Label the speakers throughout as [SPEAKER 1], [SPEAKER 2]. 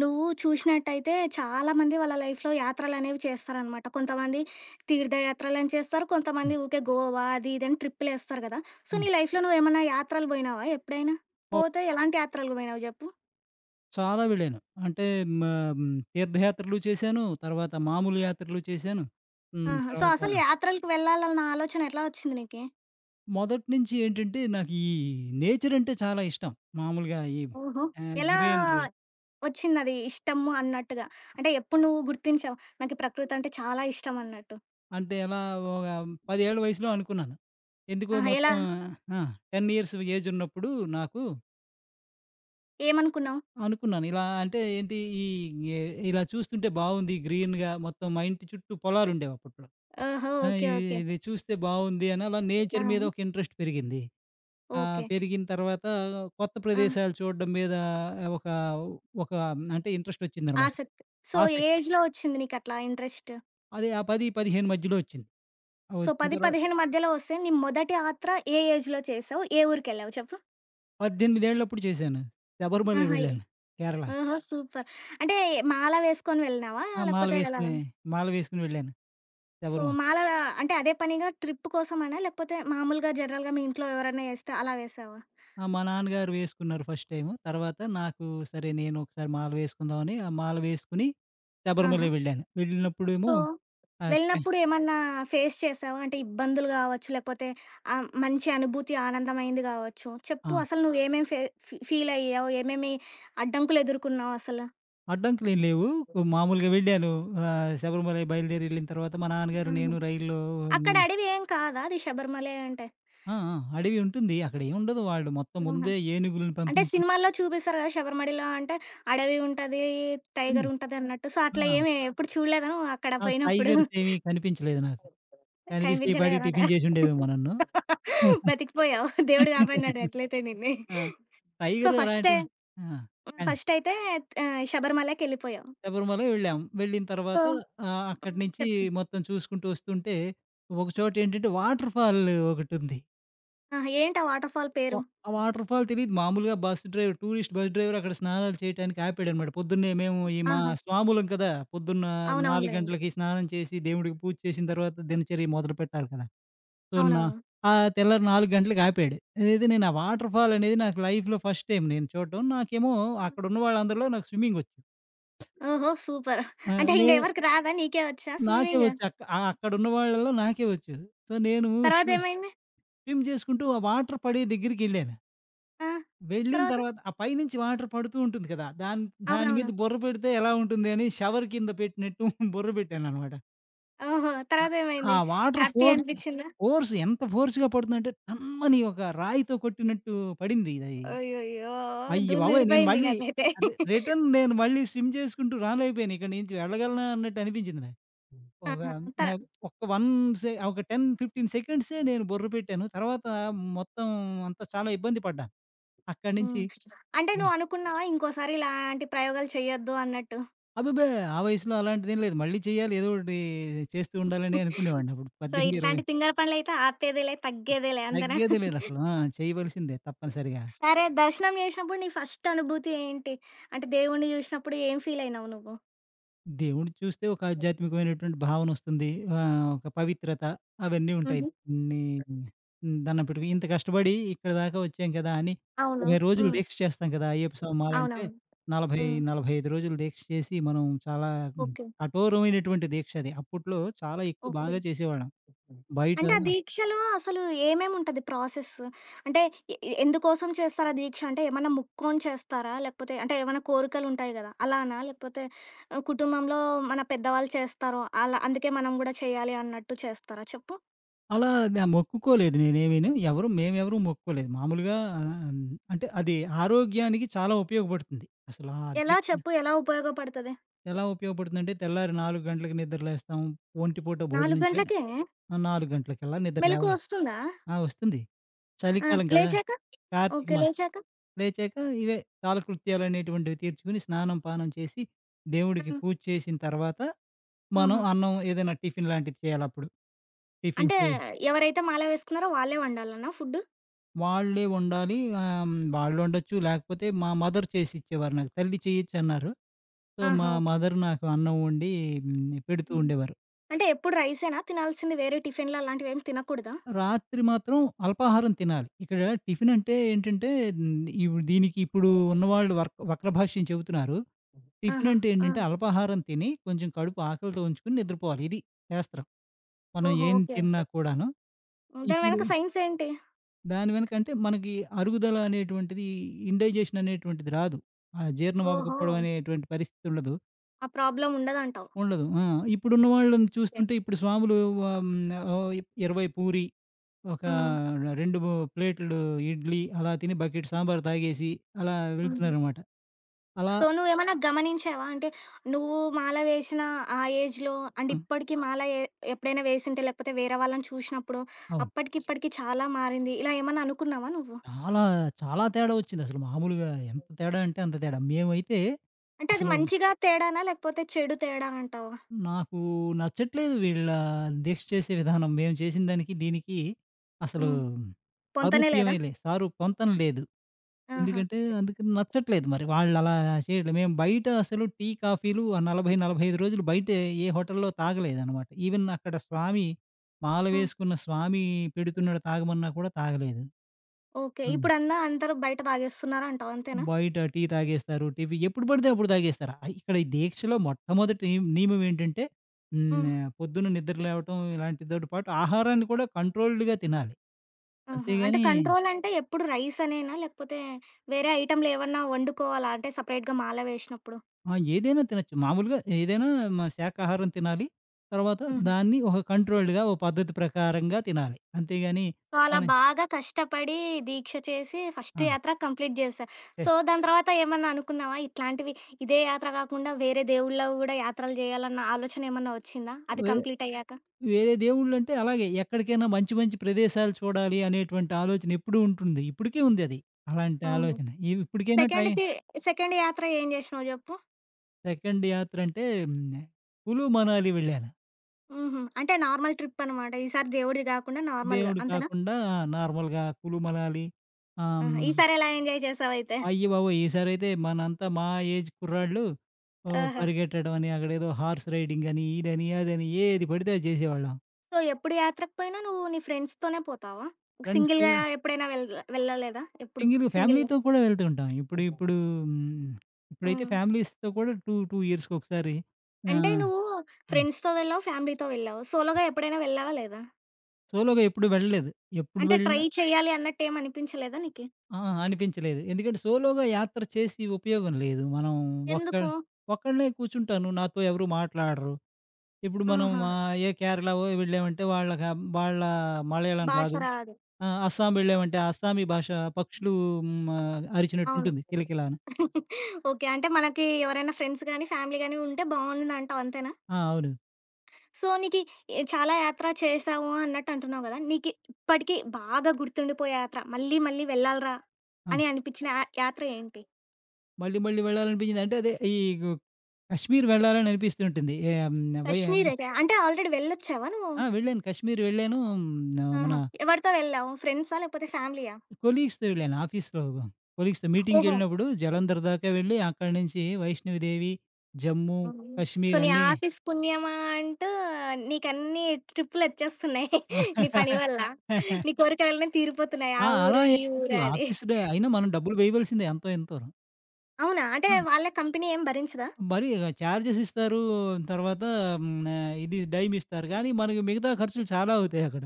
[SPEAKER 1] నువ్వు చూసినట్టయితే చాలామంది వాళ్ళ లైఫ్‌లో యాత్రలనేవి చేస్తారనమాట. కొంతమంది తీర్థయాత్రలని చేస్తారు. కొంతమంది
[SPEAKER 2] హ్మ్.
[SPEAKER 1] ఊకే గోవా అది ఇది అని ట్రిప్పులేస్తారు గదా! సో, నీ
[SPEAKER 2] హ్మ్.
[SPEAKER 1] లైఫ్‌లో నువ్వేమన్నా యాత్రలు బోయినావా ఎప్పుడైనా?
[SPEAKER 2] ఓహ్!
[SPEAKER 1] పోతే ఎలాంటి యాత్రలకు బోయినావు జెప్పు?
[SPEAKER 2] చాలా వెళ్ళాను. అంటే మా తీర్థయాత్రలు చేశాను. తర్వాత మామూలు యాత్రలు చేశాను. హ్మ్.
[SPEAKER 1] ఆహా! సో,
[SPEAKER 2] తర్వాత
[SPEAKER 1] అసలు యాత్రలకి వెళ్ళాలన్న ఆలోచన ఎట్లా వచ్చింది నీకి?
[SPEAKER 2] మొదటి నుంచి ఏంటంటే నాకు నేచర్ అంటే చాలా ఇష్టం. మామూలుగా
[SPEAKER 1] ఓహో! ఎలా
[SPEAKER 2] గ్రీనరీ
[SPEAKER 1] వచ్చిందది ఇష్టము అన్నట్టుగా? అంటే ఎప్పుడు నువ్వు గుర్తించావు, నాకు ఈ ప్రకృతి అంటే చాలా ఇష్టం అన్నట్టు?
[SPEAKER 2] అంటే ఒక 10 ఏళ్ల వయసులో అనుకున్నాను. ఎందుకో
[SPEAKER 1] ఆహా! ఎలా?
[SPEAKER 2] మొత్తం ఆ! 10 ఇయర్స్ ఏజ్ ఉన్నప్పుడు నాకు
[SPEAKER 1] ఏమనుకున్నావు?
[SPEAKER 2] అనుకున్నాను. ఇలా అంటే ఏంటి ఈ ఎ ఇలా చూస్తుంటే బావుంది గ్రీన్‌గా, మొత్తం మా ఇంటి చుట్టూ పొలాలుండేవి అప్పట్లో.
[SPEAKER 1] ఓహో!
[SPEAKER 2] ఆ!
[SPEAKER 1] ఓకే.
[SPEAKER 2] ఇది
[SPEAKER 1] ఓకే.
[SPEAKER 2] ఇది చూస్తే బావుంది అని అలా
[SPEAKER 1] ఆ!
[SPEAKER 2] నేచర్ మీద ఒక ఇంట్రెస్ట్ పెరిగింది.
[SPEAKER 1] ఓకే.
[SPEAKER 2] పెరిగిన తర్వాత కొత్త
[SPEAKER 1] ఆ!
[SPEAKER 2] ప్రదేశాలు చూడడం మీద ఒక ఒక అంటే ఇంట్రెస్ట్ వచ్చిందనమాట.
[SPEAKER 1] ఆసక్తి. సో, ఏ
[SPEAKER 2] ఆసక్తి.
[SPEAKER 1] ఏజ్‌లో వచ్చింది నీకట్లా ఇంట్రెస్ట్?
[SPEAKER 2] అది ఆ 10, 15 మధ్యలో వచ్చింది. ఆహ్,
[SPEAKER 1] సో,
[SPEAKER 2] వచ్చిన
[SPEAKER 1] 10,
[SPEAKER 2] తర్వా
[SPEAKER 1] 15 మధ్యలో వస్తే నీ మొదటి యాత్ర ఏ ఏజ్‌లో చేసావు? ఏ ఊరికెళ్ళావు చెప్పు?
[SPEAKER 2] 18 ఏళ్ళప్పుడు చేశాను. శబరిమలై
[SPEAKER 1] ఆహా! ఏ
[SPEAKER 2] వెళ్ళాను. కేరళ.
[SPEAKER 1] ఓహో! సూపర్. అంటే మాల వేసుకొని వెళ్ళినావా?
[SPEAKER 2] ఆ! మాల
[SPEAKER 1] లేకపోతే ఎలా?
[SPEAKER 2] వేసుకుని, మాల వేసుకొని వెళ్ళాను.
[SPEAKER 1] సో,
[SPEAKER 2] శబరిమల.
[SPEAKER 1] మాల అంటే అదే పనిగా ట్రిప్ కోసమనా? లేకపోతే మామూలుగా జనరల్‌గా మీ ఇంట్లో ఎవరైనా ఏస్తే అలా వేశావా?
[SPEAKER 2] ఆ! మా నాన్నగారు వేసుకున్నారు ఫస్ట్ టైము. తర్వాత నాకు సరే, నేను ఒకసారి మాల వేసుకుందామని ఆ మాల వేసుకొని
[SPEAKER 1] ఆహా!
[SPEAKER 2] శబరిమలై వెళ్ళాను.
[SPEAKER 1] సో,
[SPEAKER 2] వెళ్ళినప్పుడేమో ఆ! కే
[SPEAKER 1] వెళ్ళినప్పుడు ఏమన్నా ఫేస్ చేసావా? అంటే ఇబ్బందులు గావచ్చు, లేకపోతే మంచి అనుభూతి ఆనందమైంది గావచ్చు.
[SPEAKER 2] ఆ!
[SPEAKER 1] చెప్పు అసలు నువ్వేమేమి ఫీలయ్యావు? ఏమేమి అడ్డంకులు ఎదుర్కొన్నావు అసల?
[SPEAKER 2] అడ్డంకులేం లేవు. మామూలుగా వెళ్ళాను. శబరిమలై బయలుదేరి వెళ్ళిన తర్వాత మా నాన్నగారు,
[SPEAKER 1] హుహు.
[SPEAKER 2] నేను రైల్‌లో.
[SPEAKER 1] అక్కడ
[SPEAKER 2] హ్మ్.
[SPEAKER 1] అడవి ఏం కాదా అది శబరిమలై అంటే?
[SPEAKER 2] ఆ! అడవి ఉంటుంది. అక్కడేముండదు. వాళ్ళు మొత్తం
[SPEAKER 1] ఆహా!
[SPEAKER 2] ముందే ఏనుగులను
[SPEAKER 1] అంటే
[SPEAKER 2] పంపించి
[SPEAKER 1] సినిమాల్లో చూపిస్తారు గదా! శబరిమలలో అంటే అడవి ఉంటది, టైగర్
[SPEAKER 2] ఉంటుంది.
[SPEAKER 1] ఉంటదన్నట్టు. సో, అట్లా
[SPEAKER 2] ఆ!
[SPEAKER 1] ఏమి ఎప్పుడు చూడలేదా నువ్వు అక్కడ
[SPEAKER 2] ఆ!
[SPEAKER 1] పోయినప్పుడు?
[SPEAKER 2] టైగర్స్ ఏవి కనిపించలేదు నాకు. కనిపిస్తే ఈ పాటికి
[SPEAKER 1] కనిపించలేదనమాట.
[SPEAKER 2] టిఫిన్ చేసుండేవేమో నన్ను.
[SPEAKER 1] బతికిపోయావు. దేవుడు కాపాడినాడు అట్లయితే నిన్ని.
[SPEAKER 2] ఆ!
[SPEAKER 1] సో,
[SPEAKER 2] టైగర్
[SPEAKER 1] ఫస్టే
[SPEAKER 2] అలాంటి ఆ!
[SPEAKER 1] హ్మ్.
[SPEAKER 2] కానీ
[SPEAKER 1] ఫస్టయితే శబరిమలకెళ్ళిపోయావు.
[SPEAKER 2] శబరిమలై వెళ్ళాం. వెళ్ళిన
[SPEAKER 1] సో
[SPEAKER 2] తర్వాత అక్కడి
[SPEAKER 1] హ్మ్.
[SPEAKER 2] నుంచి
[SPEAKER 1] చెప్పు.
[SPEAKER 2] మొత్తం చూసుకుంటూ వస్తుంటే, ఒక చోటేంటంటే వాటర్‌ఫాల్ ఒకటుంది.
[SPEAKER 1] ఆహా! ఏంటి ఆ వాటర్ ఫాల్ పేరు?
[SPEAKER 2] వా ఆ వాటర్ ఫాల్ తెలీదు. మామూలుగా bus driver tourist bus driver అక్కడ స్నానాలు చేయటానికి ఆపాడనమాట. పొద్దున్నే మేము మా
[SPEAKER 1] ఆహా!
[SPEAKER 2] స్వాములం కదా! పొద్దున్న 4
[SPEAKER 1] అవునవునులెండి.
[SPEAKER 2] గంటలకి స్నానం చేసి, దేవుడికి పూజ చేసిన తర్వాత దినచర్య మొదలుపెట్టాలి కదా! సో, నా
[SPEAKER 1] అవునవును.
[SPEAKER 2] ఆ తెల్లారి 4 గంటలకి ఆపాడు. అదైతే నేను ఆ వాటర్ ఫాల్ అనేది నాకు లైఫ్‌లో ఫస్ట్ టైమ్ నేను చూడటం. అక్కడున్న వాళ్ళందరిలో నాకు స్విమ్మింగ్ వచ్చు.
[SPEAKER 1] ఓహో! సూపర్.
[SPEAKER 2] ఆ!
[SPEAKER 1] అంటే
[SPEAKER 2] నే
[SPEAKER 1] ఇంక ఎవరికి రాదా? నీకే వచ్చా
[SPEAKER 2] నాకే
[SPEAKER 1] స్విమ్మింగ్?
[SPEAKER 2] వచ్చు. అక్కడున్న వాళ్ళలో నాకే వచ్చు. సో, నేను స్వి
[SPEAKER 1] తర్వాతేమైంది?
[SPEAKER 2] స్విమ్ చేసుకుంటూ ఆ వాటర్ పడే దగ్గరికెళ్ళాను.
[SPEAKER 1] ఆ!
[SPEAKER 2] వెళ్ళిన
[SPEAKER 1] తర్వాత?
[SPEAKER 2] తర్వాత ఆ పైనుంచి వాటర్ పడుతూ ఉంటుంది కదా! దాని
[SPEAKER 1] అవునవును.
[SPEAKER 2] మీద బుర్ర పెడితే ఎలా ఉంటుంది అని షవర్ కింద పెట్టినట్టు బుర్ర పెట్టాననమాట.
[SPEAKER 1] ఓహో!
[SPEAKER 2] ఆ
[SPEAKER 1] తర్వాతేమైంది?
[SPEAKER 2] వాటర్
[SPEAKER 1] హ్యాపీ
[SPEAKER 2] ఫోర్స్
[SPEAKER 1] అనిపిచ్చిందా?
[SPEAKER 2] ఫోర్స్ ఎంత ఫోర్స్‌గా పడుతుందంటే టమ్మని ఒక రాయితో కొట్టినట్టు పడింది ఇది.
[SPEAKER 1] అయ్యయ్యో!
[SPEAKER 2] అయ్య బాబోయ్! నేను
[SPEAKER 1] దూళ్ళూరిపోయిందింక
[SPEAKER 2] మళ్ళీ
[SPEAKER 1] అట్లయితే.
[SPEAKER 2] రి రిటర్న్ నేను మళ్ళీ స్విమ్ చేసుకుంటూ రాలేకపోయాను. ఇక్కడి నుంచి వెళ్ళగలనా అన్నట్టు అనిపించింది నాకు. ఒక
[SPEAKER 1] ఆహా!
[SPEAKER 2] న
[SPEAKER 1] తర
[SPEAKER 2] ఒక్క 1 సె ఒక 10, 15 సెకండ్సే నేను బుర్ర పెట్టాను. తర్వాత మొత్తం అంతా చాలా ఇబ్బంది పడ్డాను. అక్కడి నుంచి
[SPEAKER 1] హ్మ్. అంటే నువ్వనుకున్నావా ఇంకోసారి ఇలాంటి ప్రయోగాలు చెయ్యొద్దు అన్నట్టు?
[SPEAKER 2] అబ్బబ్బే! ఆ వయసులో అలాంటిదేం లేదు. మళ్ళీ చేయాలి, ఏదో ఒకటి చేస్తూ ఉండాలని అనుకునేవాడిని అప్పుడు.
[SPEAKER 1] సో,
[SPEAKER 2] 18, 20.
[SPEAKER 1] ఇట్లాంటి తింగర పనులైతే ఆపేదేలే,
[SPEAKER 2] ఆ!
[SPEAKER 1] తగ్గేదేలే అంతేనా?
[SPEAKER 2] తగ్గేదే లేదసలు. ఆ! చేయవలసిందే తప్పనిసరిగా.
[SPEAKER 1] సరే దర్శనం జేసినప్పుడు నీ ఫస్ట్ అనుభూతి ఏంటి? అంటే దేవుడిని జూసినప్పుడు ఏం ఫీల్ అయినావు నువ్వు?
[SPEAKER 2] దేవుడిని చూస్తే ఒక ఆధ్యాత్మికమైనటువంటి భావనొస్తుంది. ఒక పవిత్రత అవన్నీ ఉంటాయి.
[SPEAKER 1] హుహు.
[SPEAKER 2] నీ దండం పెట్టుకొని ఇంత కష్టపడి ఇక్కడి దాకా వచ్చాం కదా! అని
[SPEAKER 1] అవును.
[SPEAKER 2] 20 రోజులు
[SPEAKER 1] హ్మ్.
[SPEAKER 2] దీక్ష చేస్తాం కదా! అయ్యప్ప స్వామి మాలంటే
[SPEAKER 1] అవునవును.
[SPEAKER 2] 40,
[SPEAKER 1] హ్మ్.
[SPEAKER 2] 45 రోజులు దీక్ష చేసి మనం చాలా
[SPEAKER 1] ఓకే.
[SPEAKER 2] కఠోరమైనటువంటి దీక్ష అది. అప్పట్లో చాలా ఎక్కువ
[SPEAKER 1] ఓకే.
[SPEAKER 2] బాగా చేసేవాళ్ళం. బయట
[SPEAKER 1] అంటే ఆ దీక్షలో అసలు ఏమేముంటది ప్రాసెస్? అంటే ఎ ఎ- ఎందుకోసం చేస్తారు ఆ దీక్ష? అంటే ఏమన్నా మొక్కుకొని చేస్తారా? లేకపోతే అంటే ఏమన్నా కోరికలుంటాయి గదా! అలానా? లేకపోతే కుటుంబంలో మన పెద్దవాళ్ళు చేస్తారు అలా అందుకే మనం గూడా చేయాలి అన్నట్టు చేస్తారా చెప్పు?
[SPEAKER 2] అలా న మొక్కుకోలేదు నేనేమీను. మేమెవరు మొక్కుకోలేదు. మామూలుగా ఆహ్, అంటే అది ఆరోగ్యానికి చాలా ఉపయోగపడుతుంది. అసలు ఆ
[SPEAKER 1] ఎలా
[SPEAKER 2] దీక్ష
[SPEAKER 1] చెప్పు? ఎలా ఉపయోగపడతది?
[SPEAKER 2] ఎలా ఉపయోగపడుతుందంటే తెల్లారి 4 గంటలకు నిద్ర లేస్తాం. ఒంటి పూట
[SPEAKER 1] 4
[SPEAKER 2] భోజనం చే
[SPEAKER 1] గంటలకే
[SPEAKER 2] ఆ! 4 గంటలకల్లా నిద్ర లేవ
[SPEAKER 1] మెలుకువ వస్తుందా?
[SPEAKER 2] ఆ! వస్తుంది.
[SPEAKER 1] ఆ!
[SPEAKER 2] చలికాలం కదా!
[SPEAKER 1] లేచాక?
[SPEAKER 2] కార్తీక
[SPEAKER 1] ఓకే.
[SPEAKER 2] మాసం.
[SPEAKER 1] లేచాక?
[SPEAKER 2] లేచాక ఇవే కాలకృత్యాలనేటువంటివి తీర్చుకొని స్నానం, పానం చేసి దేవుడికి
[SPEAKER 1] హ్మ్.
[SPEAKER 2] పూజ చేసిన తర్వాత మనం
[SPEAKER 1] ఓహో!
[SPEAKER 2] అన్నం ఏదైనా టిఫిన్ లాంటిది చేయాలప్పుడు. టిఫిన్
[SPEAKER 1] అంటే
[SPEAKER 2] చేయి
[SPEAKER 1] ఎవరైతే మాల వేసుకున్నారో వాళ్ళే వండాలనా ఫుడ్డు?
[SPEAKER 2] వాళ్ళే వండాలి. ఆహ్, హ్మ్. వాళ్ళొండొచ్చు. లేకపోతే మా మదర్ చేసిచ్చేవారు నాకు. తల్లి చెయ్యొచ్చన్నారు. సో,
[SPEAKER 1] ఆహా!
[SPEAKER 2] మా
[SPEAKER 1] ఓకే.
[SPEAKER 2] మదర్ నాకు అన్నం వండి పెడుతూ
[SPEAKER 1] హ్మ్.
[SPEAKER 2] ఉండేవారు.
[SPEAKER 1] అంటే ఎప్పుడు రైసేనా తినాల్సింది? వేరే టిఫిన్‌లు అలాంటివేమి తినకూడదా?
[SPEAKER 2] రాత్రి మాత్రం అల్పాహారం తినాలి. ఇక్కడ టిఫినంటే ఏంటంటే హ్మ్. ఇవ్ దీనికి ఇప్పుడు ఉన్నవాళ్ళు వక్ర భాష్యం చెబుతున్నారు.
[SPEAKER 1] ఆహా!
[SPEAKER 2] టిఫినంటే
[SPEAKER 1] ఆ!
[SPEAKER 2] ఏంటంటే అల్పాహారం తిని కొంచెం కడుపు ఆకలితో ఉంచుకొని నిద్రపోవాలి. ఇది శాస్త్రం. మనం
[SPEAKER 1] ఓహో!
[SPEAKER 2] ఏం
[SPEAKER 1] ఓకే.
[SPEAKER 2] తిన్నా కూడాను.
[SPEAKER 1] దాని
[SPEAKER 2] ఇప్పుడు
[SPEAKER 1] వెనక సైన్స్ ఏంటి?
[SPEAKER 2] దాని వెనక మనకి అరుగుదల అనేటువంటిది, ఇండైజెషన్ అనేటువంటిది రాదు. ఆ జీర్ణం
[SPEAKER 1] ఓహో!
[SPEAKER 2] అవ్వకపోవడం అనేటువంటి పరిస్థితి ఉండదు.
[SPEAKER 1] ఆ ప్రాబ్లమ్ ఉండదంటావు.
[SPEAKER 2] ఉండదు. ఆ! ఇప్పుడున్న వాళ్ళని చూస్తుంటే ఇప్పుడు స్వాములు ఆహ్, హ్మ్, ఆహ్, 20 పూరి, ఒక
[SPEAKER 1] హ్మ్.
[SPEAKER 2] 2 ప్లేటులు ఇడ్లీ అలా తిని బకెట్ సాంబార్ తాగేసి అలా
[SPEAKER 1] హుహు.
[SPEAKER 2] వెళ్తున్నారనమాట. అలా
[SPEAKER 1] సో, నువ్వేమన్నా గమనించావా? అంటే, నువ్వు మాల వేసిన ఆ ఏజ్‌లో అండ్
[SPEAKER 2] ఆ!
[SPEAKER 1] ఇప్పటికి మాల ఎ ఎప్పుడైనా వేసుంటే, లేకపోతే వేరే వాళ్ళని చూషినప్పుడో,
[SPEAKER 2] అవును.
[SPEAKER 1] అప్పటికి ఇప్పటికి చాలా మారింది. ఇలా ఏమన్నా అనుకున్నావా నువ్వు?
[SPEAKER 2] చాలా, చాలా తేడా వచ్చిందసలు. మామూలుగా ఎంత తేడా అంటే అంత తేడా. మేమైతే
[SPEAKER 1] అంటే, అది
[SPEAKER 2] అసలు
[SPEAKER 1] మంచిగా తేడానా? లేకపోతే చెడు తేడా అంటావా?
[SPEAKER 2] నాకు నచ్చట్లేదు వీళ్ళ దీక్ష చేసే విధానం. మేము చేసిన దానికి, దీనికి అసలు
[SPEAKER 1] హ్మ్. పొంతనే లేదా?
[SPEAKER 2] సారూప్యమే లే సారు పొంతన లేదు.
[SPEAKER 1] ఆహా!
[SPEAKER 2] ఎందుకంటే అందుకని నచ్చట్లేదు మరి. వాళ్ళలా చేయట్లేదు. మేము బయట అసలు టీ, కాఫీలు ఆ 40, 45 రోజులు బయటే ఏ హోటల్‌లో తాగలేదనమాట. ఈవెన్ అక్కడ మాల
[SPEAKER 1] హ్మ్.
[SPEAKER 2] వేసుకున్న స్వామి పెడుతున్నాడు, తాగమన్నా కూడా తాగలేదు.
[SPEAKER 1] ఓకే.
[SPEAKER 2] ఆ!
[SPEAKER 1] ఇప్పుడందా అందరూ బయట తాగేస్తున్నారంటావు అంతేనా?
[SPEAKER 2] బయట టీ తాగేస్తారు. టివి ఎప్పుడు పడితే అప్పుడు తాగేస్తారు. ఇక్కడ ఈ దీక్షలో మొట్టమొదటి నియమం ఏంటంటే
[SPEAKER 1] హ్మ్.
[SPEAKER 2] పొద్దున్న నిద్ర లేవటం, ఇలాంటితోటి పాటు ఆహారాన్ని కూడా కంట్రోల్డ్‌గా తినాలి.
[SPEAKER 1] ఆహా! అంటే,
[SPEAKER 2] అంతేగాని
[SPEAKER 1] కంట్రోలంటే ఎప్పుడు రైసనేనా? లేకపోతే వేరే ఐటెమ్‌లేవన్నా వండుకోవాలా? అంటే, సపరేట్‌గా మాల వేషినప్పుడు?
[SPEAKER 2] ఆ! ఏదైనా తినొచ్చు. మామూలుగా ఏదైనా శాకాహారం తినాలి. తర్వాత
[SPEAKER 1] హుహు.
[SPEAKER 2] దాన్ని ఒక కంట్రోల్డ్‌గా, ఓ పద్ధతి ప్రకారంగా తినాలి. అంతేగాని
[SPEAKER 1] సో, అలా
[SPEAKER 2] మనం
[SPEAKER 1] బాగా కష్టపడి దీక్ష చేసి ఫస్ట్
[SPEAKER 2] ఆ!
[SPEAKER 1] యాత్ర కంప్లీట్ జేశా. సో,
[SPEAKER 2] చేస్
[SPEAKER 1] దాని తర్వాత ఏమన్నా అనుకున్నావా? ఇట్లాంటివి ఇదే యాత్ర గాకుండా వేరే దేవుళ్ళవి గూడా యాత్రలు జేయాలన్న ఆలోచనేమన్నా వచ్చిందా? అది
[SPEAKER 2] వే
[SPEAKER 1] కంప్లీట్ అయ్యాక?
[SPEAKER 2] వేరే దేవుళ్ళంటే అలాగే ఎక్కడికైనా మంచి మంచి ప్రదేశాలు చూడాలి అనేటువంటి ఆలోచన ఎప్పుడూ ఉంటుంది. ఇప్పటికీ ఉంది అది. అలాంటి
[SPEAKER 1] ఓహో!
[SPEAKER 2] ఆలోచన. ఇ ఇప్పటికైనా టై
[SPEAKER 1] సెకండ్‌ది సెకండ్ యాత్ర ఏం జేసినావు జెప్పు?
[SPEAKER 2] సెకండ్ యాత్ర అంటే హ్మ్. కులు, మనాలి వెళ్ళాను.
[SPEAKER 1] హుహు. అంటే నార్మల్ ట్రిప్ అనమాట. ఈసారి దేవుడిది గాకుండా నార్మల్‌గా.
[SPEAKER 2] దేవుడు
[SPEAKER 1] అంతేనా?
[SPEAKER 2] కాకుండా నార్మల్‌గా కులు, మనాలి. ఆహ్,
[SPEAKER 1] ఆహా!
[SPEAKER 2] హ్మ్.
[SPEAKER 1] ఈసారి ఎలా ఎంజాయ్ చేసావైతే?
[SPEAKER 2] అయ్యబాబోయ్! ఈసారైతే మనంతా మా ఏజ్ కుర్రాళ్ళు. ఓహ్!
[SPEAKER 1] ఆహా!
[SPEAKER 2] పరిగెట్టడం అని, అక్కడేదో హార్స్ రైడింగ్ అని, ఇదని, అదని ఏది పడితే అది చేసేవాళ్ళం.
[SPEAKER 1] సో, ఎప్పుడు యాత్రకు పోయినా నువ్వు నీ ఫ్రెండ్స్‌తోనే పోతావా?
[SPEAKER 2] ఫ్రెండ్సు
[SPEAKER 1] సింగిల్‌గా ఎప్పుడైనా వెళ్ళలేదా? ఎప్పుడు
[SPEAKER 2] సింగిల్‌గా
[SPEAKER 1] సింగిల్‌గా?
[SPEAKER 2] ఫ్యామిలీతో కూడా వెళ్తూ ఉంటాం. ఇప్పుడు ఇప్పుడు హ్మ్, ఇప్పుడైతే
[SPEAKER 1] హ్మ్.
[SPEAKER 2] ఫ్యామిలీస్‌తో కూడా 2 ఇయర్స్‌కొకసారి.
[SPEAKER 1] అంటే
[SPEAKER 2] ఆహ్,
[SPEAKER 1] నువ్వు
[SPEAKER 2] హ్మ్.
[SPEAKER 1] ఫ్రెండ్స్‌తో వెళ్ళావు, ఫ్యామిలీతో వెళ్ళావు. సోలోగా ఎప్పుడైనా వెళ్ళావా లేదా?
[SPEAKER 2] సోలోగా ఎప్పుడు వెళ్ళలేదు. ఎప్పుడు
[SPEAKER 1] అంటే ట్రై
[SPEAKER 2] వెళ్ళినా
[SPEAKER 1] చేయాలి అన్నట్టు ఏమి అనిపించలేదా నీకి?
[SPEAKER 2] ఆ! అనిపించలేదు. ఎందుకంటే సోలోగా యాత్ర చేసి ఉపయోగం లేదు. మనం ఒక్క
[SPEAKER 1] ఎందుకు?
[SPEAKER 2] ఒక్కళ్ళనే కూర్చుంటాను. నాతో ఎవరు మాట్లాడరు. ఇప్పుడు మనం
[SPEAKER 1] ఆహా!
[SPEAKER 2] ఏ కేరళవో వెళ్ళామంటే వాళ్ళకి వాళ్ళ మలయాళం
[SPEAKER 1] భాష
[SPEAKER 2] రాదు.
[SPEAKER 1] రాదు.
[SPEAKER 2] ఆ! అస్సాం వెళ్ళామంటే అస్సామీ భాష. పక్షులు హ్మ్,
[SPEAKER 1] అవును.
[SPEAKER 2] అరిచినట్టుంటుంది కిలకిలా అని.
[SPEAKER 1] ఓకే. అంటే మనకి ఎవరైనా ఫ్రెండ్స్ గాని, ఫ్యామిలీ గాని ఉంటే బావుందంటావు అంతేనా?
[SPEAKER 2] ఆ! అవును.
[SPEAKER 1] సో, నీకి ఎ చాలా యాత్ర చేశావు అన్నట్టు అంటున్నావు గదా! నీకి ఇప్పటికి బాగా గుర్తుండిపోయే యాత్ర మళ్ళీ మళ్ళీ వెళ్ళాలిరా
[SPEAKER 2] ఆ!
[SPEAKER 1] అని అనిపించిన యాత్ర ఏంటి?
[SPEAKER 2] మళ్ళీ మళ్ళీ వెళ్ళాలనిపించింది. అంటే అదే ఈ కశ్మీర్ వెళ్ళాలని అనిపిస్తుంటుంది. ఏ హ్మ్. వై
[SPEAKER 1] కాశ్మీర్ అయితే అంటే ఆల్రెడీ వెళ్ళొచ్చావా నువ్వు?
[SPEAKER 2] ఆ! వెళ్ళాను. కశ్మీర్ వెళ్ళాను. హ్మ్. మన
[SPEAKER 1] ఆహా! ఎవరితో వెళ్ళావు? ఫ్రెండ్సా? లేకపోతే ఫ్యామిలీయా?
[SPEAKER 2] కొలీగ్స్‌తో వెళ్ళాను. ఆఫీస్‌లో
[SPEAKER 1] ఓహో!
[SPEAKER 2] మీటింగ్‌కెళ్ళినప్పుడు జలంధర్ దాకా వెళ్ళి, అక్కడి నుంచి వైష్ణవిదేవి, జమ్మూ,
[SPEAKER 1] హ్మ్. సో,
[SPEAKER 2] కశ్మీర్
[SPEAKER 1] నీ
[SPEAKER 2] అన్నీ.
[SPEAKER 1] ఆఫీస్ పుణ్యమా అంటూ నీకన్నీ ట్రిప్పులొచ్చేస్తున్నాయి. నీ పని వల్ల. నీ కోరికలన్నీ తీరిపోతున్నాయి. ఆ
[SPEAKER 2] ఆ! అలా
[SPEAKER 1] ఊరు,
[SPEAKER 2] ఏం
[SPEAKER 1] ఈ ఊరు
[SPEAKER 2] లేదు.
[SPEAKER 1] అని.
[SPEAKER 2] ఆఫీస్‌లో అయినా మనం డబ్బులు వేయవలసిందే ఎంతో ఎంతోను.
[SPEAKER 1] అవునా? అంటే
[SPEAKER 2] ఆ!
[SPEAKER 1] వాళ్ళ కంపెనీ ఏం భరించదా?
[SPEAKER 2] మరి చార్జెస్ ఇస్తారు. తర్వాత హ్మ్. ఆహ్, ఇది డైమ్ ఇస్తారు. కానీ మనకి మిగతా ఖర్చులు చాలా అవుతాయి అక్కడ.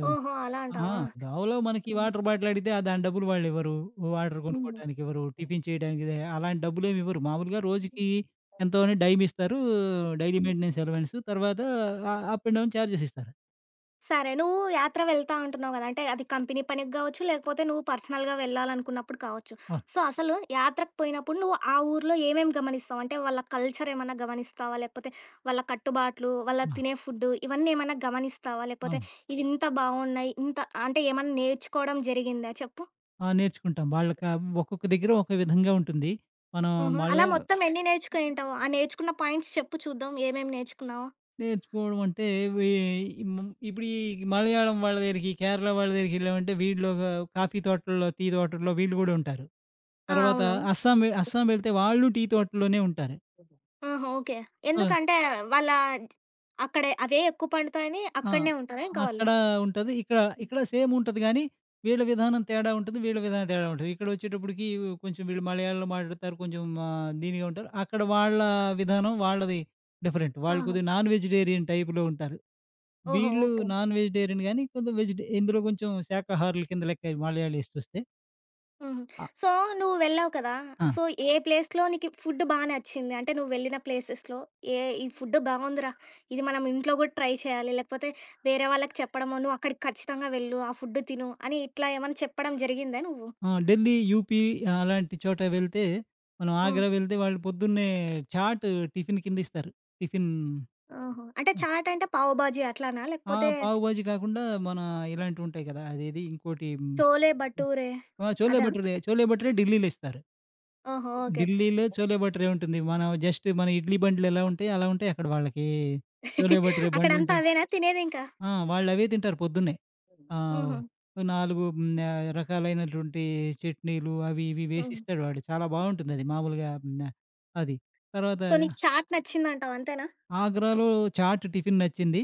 [SPEAKER 2] ఆ!
[SPEAKER 1] ఓహో! అలా
[SPEAKER 2] ఆ!
[SPEAKER 1] అంటావా?
[SPEAKER 2] దావలో మనకి
[SPEAKER 1] హ్మ్.
[SPEAKER 2] వాటర్ బాటిల్ అడిగితే ఆ దాని డబ్బులు వాళ్ళివ్వరు. వాటర్ హ్మ్. కొనుక్కోటానికి ఇవ్వరు. టిఫిన్ చేయడానికి అలాంటి డబ్బులేమి ఇవ్వరు. మామూలుగా రోజుకి ఎంతో అని డైమ్ ఇస్తారు. డైలీ
[SPEAKER 1] హ్మ్.
[SPEAKER 2] Maintenance allowance. తర్వాత అప్ అండ్ డౌన్ చార్జెస్ ఇస్తారు.
[SPEAKER 1] సరే. నువ్వు యాత్ర వెళ్తా అంటున్నావు గదా! అంటే అది కంపెనీ పనికి గావచ్చు, లేకపోతే నువ్వు పర్సనల్‌గా వెళ్ళాలనుకున్నప్పుడు కావచ్చు.
[SPEAKER 2] అవును.
[SPEAKER 1] సో, అసలు యాత్రకు పోయినప్పుడు నువ్వు ఆ ఊర్లో ఏమేమి గమనిస్తావు? అంటే వాళ్ళ కల్చర్ ఏమన్నా గమనిస్తావా? లేకపోతే వాళ్ళ కట్టుబాట్లు, వాళ్ళ
[SPEAKER 2] ఆ!
[SPEAKER 1] తినే ఫుడ్డు ఇవన్నీ ఏమన్నా గమనిస్తావా? లేకపోతే
[SPEAKER 2] అవును.
[SPEAKER 1] ఇవి ఇంత బావున్నాయి, ఇంత అంటే ఏమన్నా నేర్చుకోవడం జరిగిందా చెప్పు?
[SPEAKER 2] ఆ! నేర్చుకుంటాం. ఒక్కొక్క దగ్గర ఒక విధంగా ఉంటుంది. మనం
[SPEAKER 1] హుహు. అలా
[SPEAKER 2] మలయా
[SPEAKER 1] మొత్తం ఎన్ని నేర్చుకొనుంటావు? ఆ నేర్చుకున్న పాయింట్స్ చెప్పు చూద్దాం ఏమేమి నేర్చుకున్నావో?
[SPEAKER 2] నేర్చుకోవడం అంటే వీ మ్ ఇప్పుడు ఈ మలయాళం వాళ్ళ దగ్గరికి, కేరళ వాళ్ళ దగ్గరికెళ్ళామంటే వీళ్ళు ఒక కాఫీ తోటల్లో, టీ తోటల్లో వీళ్ళు గూడా ఉంటారు.
[SPEAKER 1] ఆ!
[SPEAKER 2] తర్వాత
[SPEAKER 1] అవును.
[SPEAKER 2] అస్సాం వెళ్తే వాళ్ళు టీ తోటలోనే ఉంటారు.
[SPEAKER 1] ఆహా! ఓకే.
[SPEAKER 2] సో,
[SPEAKER 1] ఎందుకంటే వాళ్ళ అక్కడే అవే ఎక్కువ పండుతాయని
[SPEAKER 2] ఆ!
[SPEAKER 1] అక్కడనే ఉంటారా ఇంకా వాళ్ళు?
[SPEAKER 2] అక్కడ ఉంటది. ఇక్కడ,
[SPEAKER 1] హ్మ్.
[SPEAKER 2] ఇక్కడ సేమ్ ఉంటది గానీ, వీళ్ళ విధానం తేడా ఉంటది. వీళ్ళ విధానం తేడా ఉంటది. ఇక్కడొచ్చేటప్పటికి కొంచెం వీళ్ళు మలయాళంలో మాట్లాడతారు. కొంచెం దీనిగా ఉంటారు. అక్కడ వాళ్ళ విధానం వాళ్ళది డిఫరెంట్. వాళ్ళు
[SPEAKER 1] ఆహా!
[SPEAKER 2] కొద్దిగా నాన్ వెజిటేరియన్ టైప్‌లో ఉంటారు.
[SPEAKER 1] ఓహో!
[SPEAKER 2] వీళ్ళు
[SPEAKER 1] ఓకే.
[SPEAKER 2] నాన్ వెజిటేరియన్ గానీ కొంచెం ఇందులో కొంచెం శాకాహారుల కింద లెక్కే మలయాళీస్ చూస్తే.
[SPEAKER 1] హుహు.
[SPEAKER 2] ఆ!
[SPEAKER 1] సో, నువ్వు వెళ్ళావు కదా!
[SPEAKER 2] ఆ!
[SPEAKER 1] సో, ఏ ప్లేస్‌లో నీకు ఫుడ్ బా నచ్చింది? అంటే నువ్వు వెళ్ళిన ప్లేసెస్‌లో ఏ ఈ ఫుడ్ బావుందిరా! ఇది మనం ఇంట్లో గూడా ట్రై చేయాలి. లేకపోతే వేరే వాళ్ళకి చెప్పడమో, నువ్వు అక్కడికి ఖచ్చితంగా వెళ్ళు, ఆ ఫుడ్ తిను అని ఇట్లా ఏమన్నా చెప్పడం జరిగిందా నువ్వు?
[SPEAKER 2] ఆ! ఢిల్లీ, యూపీ, ఆ, అలాంటి చోట వెళ్తే, మనం
[SPEAKER 1] హ్మ్.
[SPEAKER 2] ఆగ్రా వెళ్తే వాళ్ళు పొద్దున్నే చాట్ టిఫిన్ కింద ఇస్తారు. టిఫిన్
[SPEAKER 1] ఆహా! అంటే
[SPEAKER 2] హ్మ్.
[SPEAKER 1] చాట్ అంటే పావు బాజీ అట్లానా?
[SPEAKER 2] ఆ!
[SPEAKER 1] లేకపోతే
[SPEAKER 2] పావు బాజీ కాకుండా మన ఇలాంటివి ఉంటాయి కదా!
[SPEAKER 1] చోలే బటూరే
[SPEAKER 2] ఆ!
[SPEAKER 1] అదా?
[SPEAKER 2] చోలే భటూరే ఢిల్లీలో ఇస్తారు.
[SPEAKER 1] ఓహో! ఓకే.
[SPEAKER 2] ఢిల్లీలో చోలే భటూరే ఉంటుంది. మనం జస్ట్ మన ఇడ్లీ బండ్లు ఎలా ఉంటాయో అలా ఉంటాయి అక్కడ వాళ్ళకి. చోలే భటూరే
[SPEAKER 1] అక్కడంతా
[SPEAKER 2] బండ్లుంటాయి.
[SPEAKER 1] అవేనా తినేదింకా?
[SPEAKER 2] ఆ! వాళ్ళవే తింటారు పొద్దున్నే. ఆ!
[SPEAKER 1] హుహు.
[SPEAKER 2] ఓ 4 రకాలైనటువంటి చట్నీలు, అవి ఇవి
[SPEAKER 1] హ్మ్.
[SPEAKER 2] వేసిస్తాడు వాడు. చాలా బావుంటుందది మామూలుగా. హ్మ్, ఆహ్, అది. తర్వాత
[SPEAKER 1] సో, నీకు చాట్ నచ్చిందంటావు అంతేనా?
[SPEAKER 2] ఆగ్రాలో చాట్ టిఫిన్ నచ్చింది.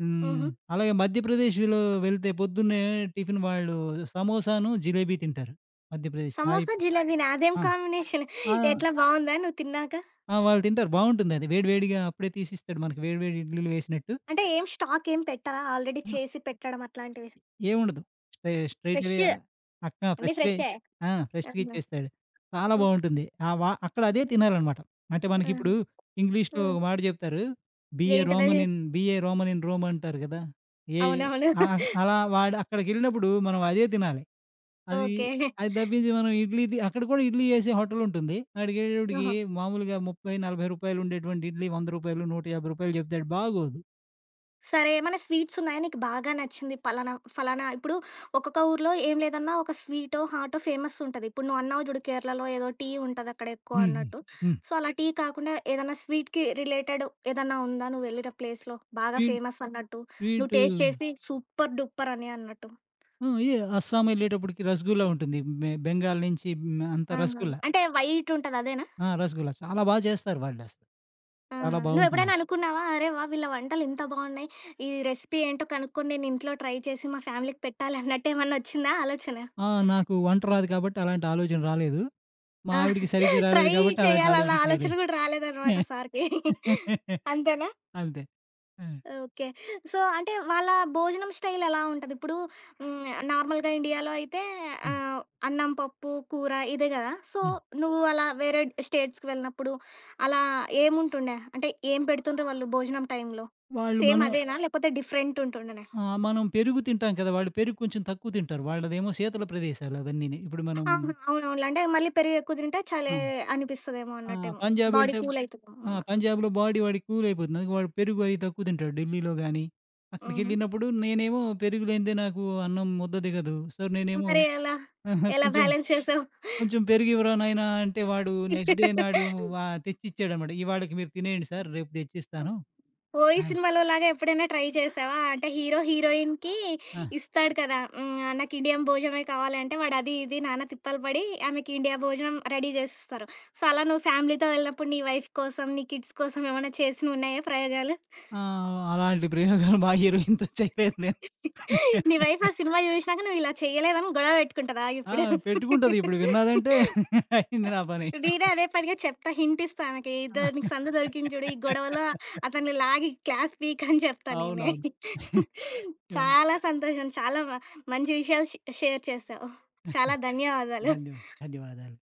[SPEAKER 2] హ్మ్,
[SPEAKER 1] హుహు.
[SPEAKER 2] అలాగే మధ్యప్రదేశ్‌లో వెళ్తే పొద్దున్నే టిఫిన్ వాళ్ళు సమోసాను, జిలేబీ తింటారు. మధ్యప్రదేశ్ రాయి
[SPEAKER 1] సమోసా, జిలేబీనా? అదేం
[SPEAKER 2] ఆ!
[SPEAKER 1] కాంబినేషన్?
[SPEAKER 2] ఆ!
[SPEAKER 1] ఎట్లా బావుందా నువ్వు తిన్నాక?
[SPEAKER 2] ఆ! వాళ్ళు తింటారు, బావుంటుందది. వేడి వేడిగా అప్పుడే తీసిస్తాడు మనకి, వేడి వేడి ఇడ్లీలు వేసినట్టు.
[SPEAKER 1] అంటే ఏం స్టాక్ ఏం పెట్టరా? ఆల్రెడీ చేసి పెట్టడం అట్లాంటివి.
[SPEAKER 2] ఏముండదు. స్ట్రెయిట్ అవే
[SPEAKER 1] ఫ్రెష్.
[SPEAKER 2] అలా
[SPEAKER 1] అన్నీ
[SPEAKER 2] ఫ్రెష్‌గా.
[SPEAKER 1] ఫ్రెషే.
[SPEAKER 2] ఆ! ఫ్రెష్‌గా
[SPEAKER 1] ఆహా!
[SPEAKER 2] ఇచ్చేస్తాడు. చాలా
[SPEAKER 1] హ్మ్.
[SPEAKER 2] బావుంటుంది. ఆ! వ అక్కడ అదే
[SPEAKER 1] హుహు.
[SPEAKER 2] తినాలనమాట. అంటే
[SPEAKER 1] ఆహా!
[SPEAKER 2] మనకిప్పుడు ఇంగ్లీష్‌లో
[SPEAKER 1] హ్మ్.
[SPEAKER 2] ఒక మాట జెప్తారు.
[SPEAKER 1] ఏంటిదది?
[SPEAKER 2] Be a Roman in Rome అంటారు గదా! ఏ
[SPEAKER 1] అవునవును.
[SPEAKER 2] ఆ! అలా వాడు అక్కడికెళ్ళినప్పుడు మనం అదే తినాలి. అది
[SPEAKER 1] ఓకే.
[SPEAKER 2] అది తప్పించి మనం ఇడ్లీ తి అక్కడ కూడా ఇడ్లీ చేసే హోటలుంటుంది. ఆడికేళ్ళేటప్పటికి
[SPEAKER 1] ఆహా!
[SPEAKER 2] మామూలుగా రూ. 30, 40 ఉండేటువంటి ఇడ్లీ రూ. 100, రూ. 150 చెప్తాడు, బాగోదు.
[SPEAKER 1] సరే ఏమైనా స్వీట్స్ ఉన్నాయా నీకు బాగా నచ్చింది? పలానా ఫలానా ఇప్పుడు ఒక్కొక్క ఊర్లో ఏం లేదన్నా ఒక స్వీటో, హాటో ఫేమస్ ఉంటది. ఇప్పుడు నువ్వు అన్నావు చూడు కేరళలో ఏదో టీ ఉంటదక్కడ ఎక్కువ
[SPEAKER 2] హ్మ్.
[SPEAKER 1] అన్నట్టు.
[SPEAKER 2] హ్మ్.
[SPEAKER 1] సో, అలా టీ కాకుండా ఏదన్నా స్వీట్‌కి రిలేటెడ్ ఏదన్నా ఉందా నువ్వు వెళ్ళిన ప్లేస్‌లో? బాగా
[SPEAKER 2] స్వీట్
[SPEAKER 1] ఫేమస్ అన్నట్టు. నువ్వు
[SPEAKER 2] స్వీటు.
[SPEAKER 1] టేస్ట్ చేసి సూపర్ డూపర్ అని అన్నట్టు.
[SPEAKER 2] ఆ! అస్సాం ఎళ్ళేటప్పటికి రసగుల్లా ఉంటుంది. బెంగాల్ నుంచి అంతా
[SPEAKER 1] ఆహా!
[SPEAKER 2] రసగుల్లా.
[SPEAKER 1] అంటే వైట్ ఉంటది అదేనా?
[SPEAKER 2] ఆ! రసగుల్లా చాలా చేస్తారు వాళ్ళసలు. చాలా
[SPEAKER 1] ఆహా!
[SPEAKER 2] బావుంటుంది.
[SPEAKER 1] నువ్వెప్పుడైనా అనుకున్నావా? అరే వాహ్! వీళ్ళ వంటలు ఇంత బావున్నాయి. ఈ రెసిపీ ఏంటో కనుక్కొని నేను ఇంట్లో ట్రై చేసి మా ఫ్యామిలీకి పెట్టాలి అన్నట్టు ఏమన్నా వచ్చిందా ఆలోచన?
[SPEAKER 2] ఆ! నాకు వంట రాదు కాబట్టి అలాంటి ఆలోచన రాలేదు. మా
[SPEAKER 1] ఆ!
[SPEAKER 2] ఆవిడకి సరిగ్గా
[SPEAKER 1] ట్రై
[SPEAKER 2] రాలేదు కాబట్టి అలాంటి
[SPEAKER 1] చేయాలన్న
[SPEAKER 2] ఆలోచన
[SPEAKER 1] ఆలోచన
[SPEAKER 2] చేయలేదు.
[SPEAKER 1] గూడా రాలేదనమాట సార్‌కి. అంతేనా?
[SPEAKER 2] అంతే. ఆ!
[SPEAKER 1] ఓకే. సో, అంటే వాళ్ళ భోజనం స్టైల్ ఎలా ఉంటది? ఇప్పుడు హ్మ్, నార్మల్‌గా ఇండియాలో అయితే
[SPEAKER 2] హ్మ్.
[SPEAKER 1] ఆహ్, అన్నం, పప్పు, కూర ఇదే గదా! సో,
[SPEAKER 2] హ్మ్.
[SPEAKER 1] నువ్వు అలా వేరే స్టేట్స్‌కి వెళ్ళినప్పుడు అలా ఏముంటుండే? అంటే ఏం పెడుతుండ్రు వాళ్ళు భోజనం టైంలో?
[SPEAKER 2] వాళ్ళు
[SPEAKER 1] సేమ్
[SPEAKER 2] మనం
[SPEAKER 1] అదేనా? లేకపోతే డిఫరెంట్ ఉంటుండేనా?
[SPEAKER 2] మనం పెరుగు తింటాం కదా! వాళ్ళు పెరుగు కొంచెం తక్కువ తింటారు. వాళ్ళదేమో శీతల ప్రదేశాలు అవన్నీని. ఇప్పుడు మనం
[SPEAKER 1] ఆహా! అవునవునులే. అంటే మళ్ళీ పెరుగు ఎక్కువ తింటే చలే
[SPEAKER 2] ఆ!
[SPEAKER 1] అనిపిస్తదేమో
[SPEAKER 2] ఆ!
[SPEAKER 1] అన్నట్టేమో.
[SPEAKER 2] పంజాబ్
[SPEAKER 1] బాడీ
[SPEAKER 2] ఎళ్తే
[SPEAKER 1] కూల్ అయితదేమో.
[SPEAKER 2] ఆ! పంజాబ్‌లో బాడీ వాడికి కూల్ అయిపోతుంది. అందుకే వాడు పెరుగు అది తక్కువ తింటాడు ఢిల్లీలో గాని,
[SPEAKER 1] హుహు.
[SPEAKER 2] అక్కడికెళ్ళినప్పుడు నేనేమో పెరుగు లేనిదే నాకు అన్నం ముద్ద దిగదు. సో, నేనేమో
[SPEAKER 1] మరి ఎలా?
[SPEAKER 2] ఆహా!
[SPEAKER 1] ఎలా
[SPEAKER 2] కొంచెం
[SPEAKER 1] బ్యాలెన్స్ చేసావు?
[SPEAKER 2] కొంచెం పెరుగివ్వరా నాయనా అంటే వాడు నెక్స్ట్ డే నాడు వ తెచ్చిచ్చాడనమాట. ఇవాళకి మీరు తినేయండి సార్, రేపు తెచ్చిస్తాను.
[SPEAKER 1] ఓయి
[SPEAKER 2] ఆ!
[SPEAKER 1] సినిమాలో లాగా ఎప్పుడైనా ట్రై చేసావా? అంటే హీరో హీరోయిన్‌కి
[SPEAKER 2] ఆ!
[SPEAKER 1] ఇస్తాడు కదా! హ్మ్. నాకు ఇండియన్ భోజనమే కావాలంటే వాడు అది ఇది నానా తిప్పలు పడి ఆమెకి ఇండియా భోజనం రెడీ జేసిస్తారు. సో, అలా నువ్వు ఫ్యామిలీతో వెళ్ళినప్పుడు నీ వైఫ్ కోసం, నీ కిడ్స్ కోసం ఏమైనా చేసినున్నాయా ప్రయోగాలు?
[SPEAKER 2] ఆ! అలాంటి ప్రయోగాలు మా హీరోయిన్‌తో చేయలేదు నేను.
[SPEAKER 1] నీ వైఫ్ ఆ సినిమా జూషినాక నువ్వు ఇలా చేయలేదని గొడవ పెట్టుకుంటదా
[SPEAKER 2] ఆ!
[SPEAKER 1] ఇప్పుడు?
[SPEAKER 2] పెట్టుకుంటది. ఇప్పుడు విన్నాదంటే అయింది నా పని.
[SPEAKER 1] నేనే అదే పనిగా చెప్తా. హింటిస్తా ఆమెకి. ఇదో
[SPEAKER 2] ఆ!
[SPEAKER 1] నీకు సందు దొరికింది చూడు. ఈ గొడవలో అతన్ని లాగి క్లాస్ పీక్ అని చెప్తా నేనే.
[SPEAKER 2] అవునవును. ఇలా
[SPEAKER 1] చాలా సంతోషం. చాలా మంచి విషయాలు షేర్ చేశావు. చాలా ధన్యవాదాలు.
[SPEAKER 2] ధన్యవా ధన్యవాదాలు.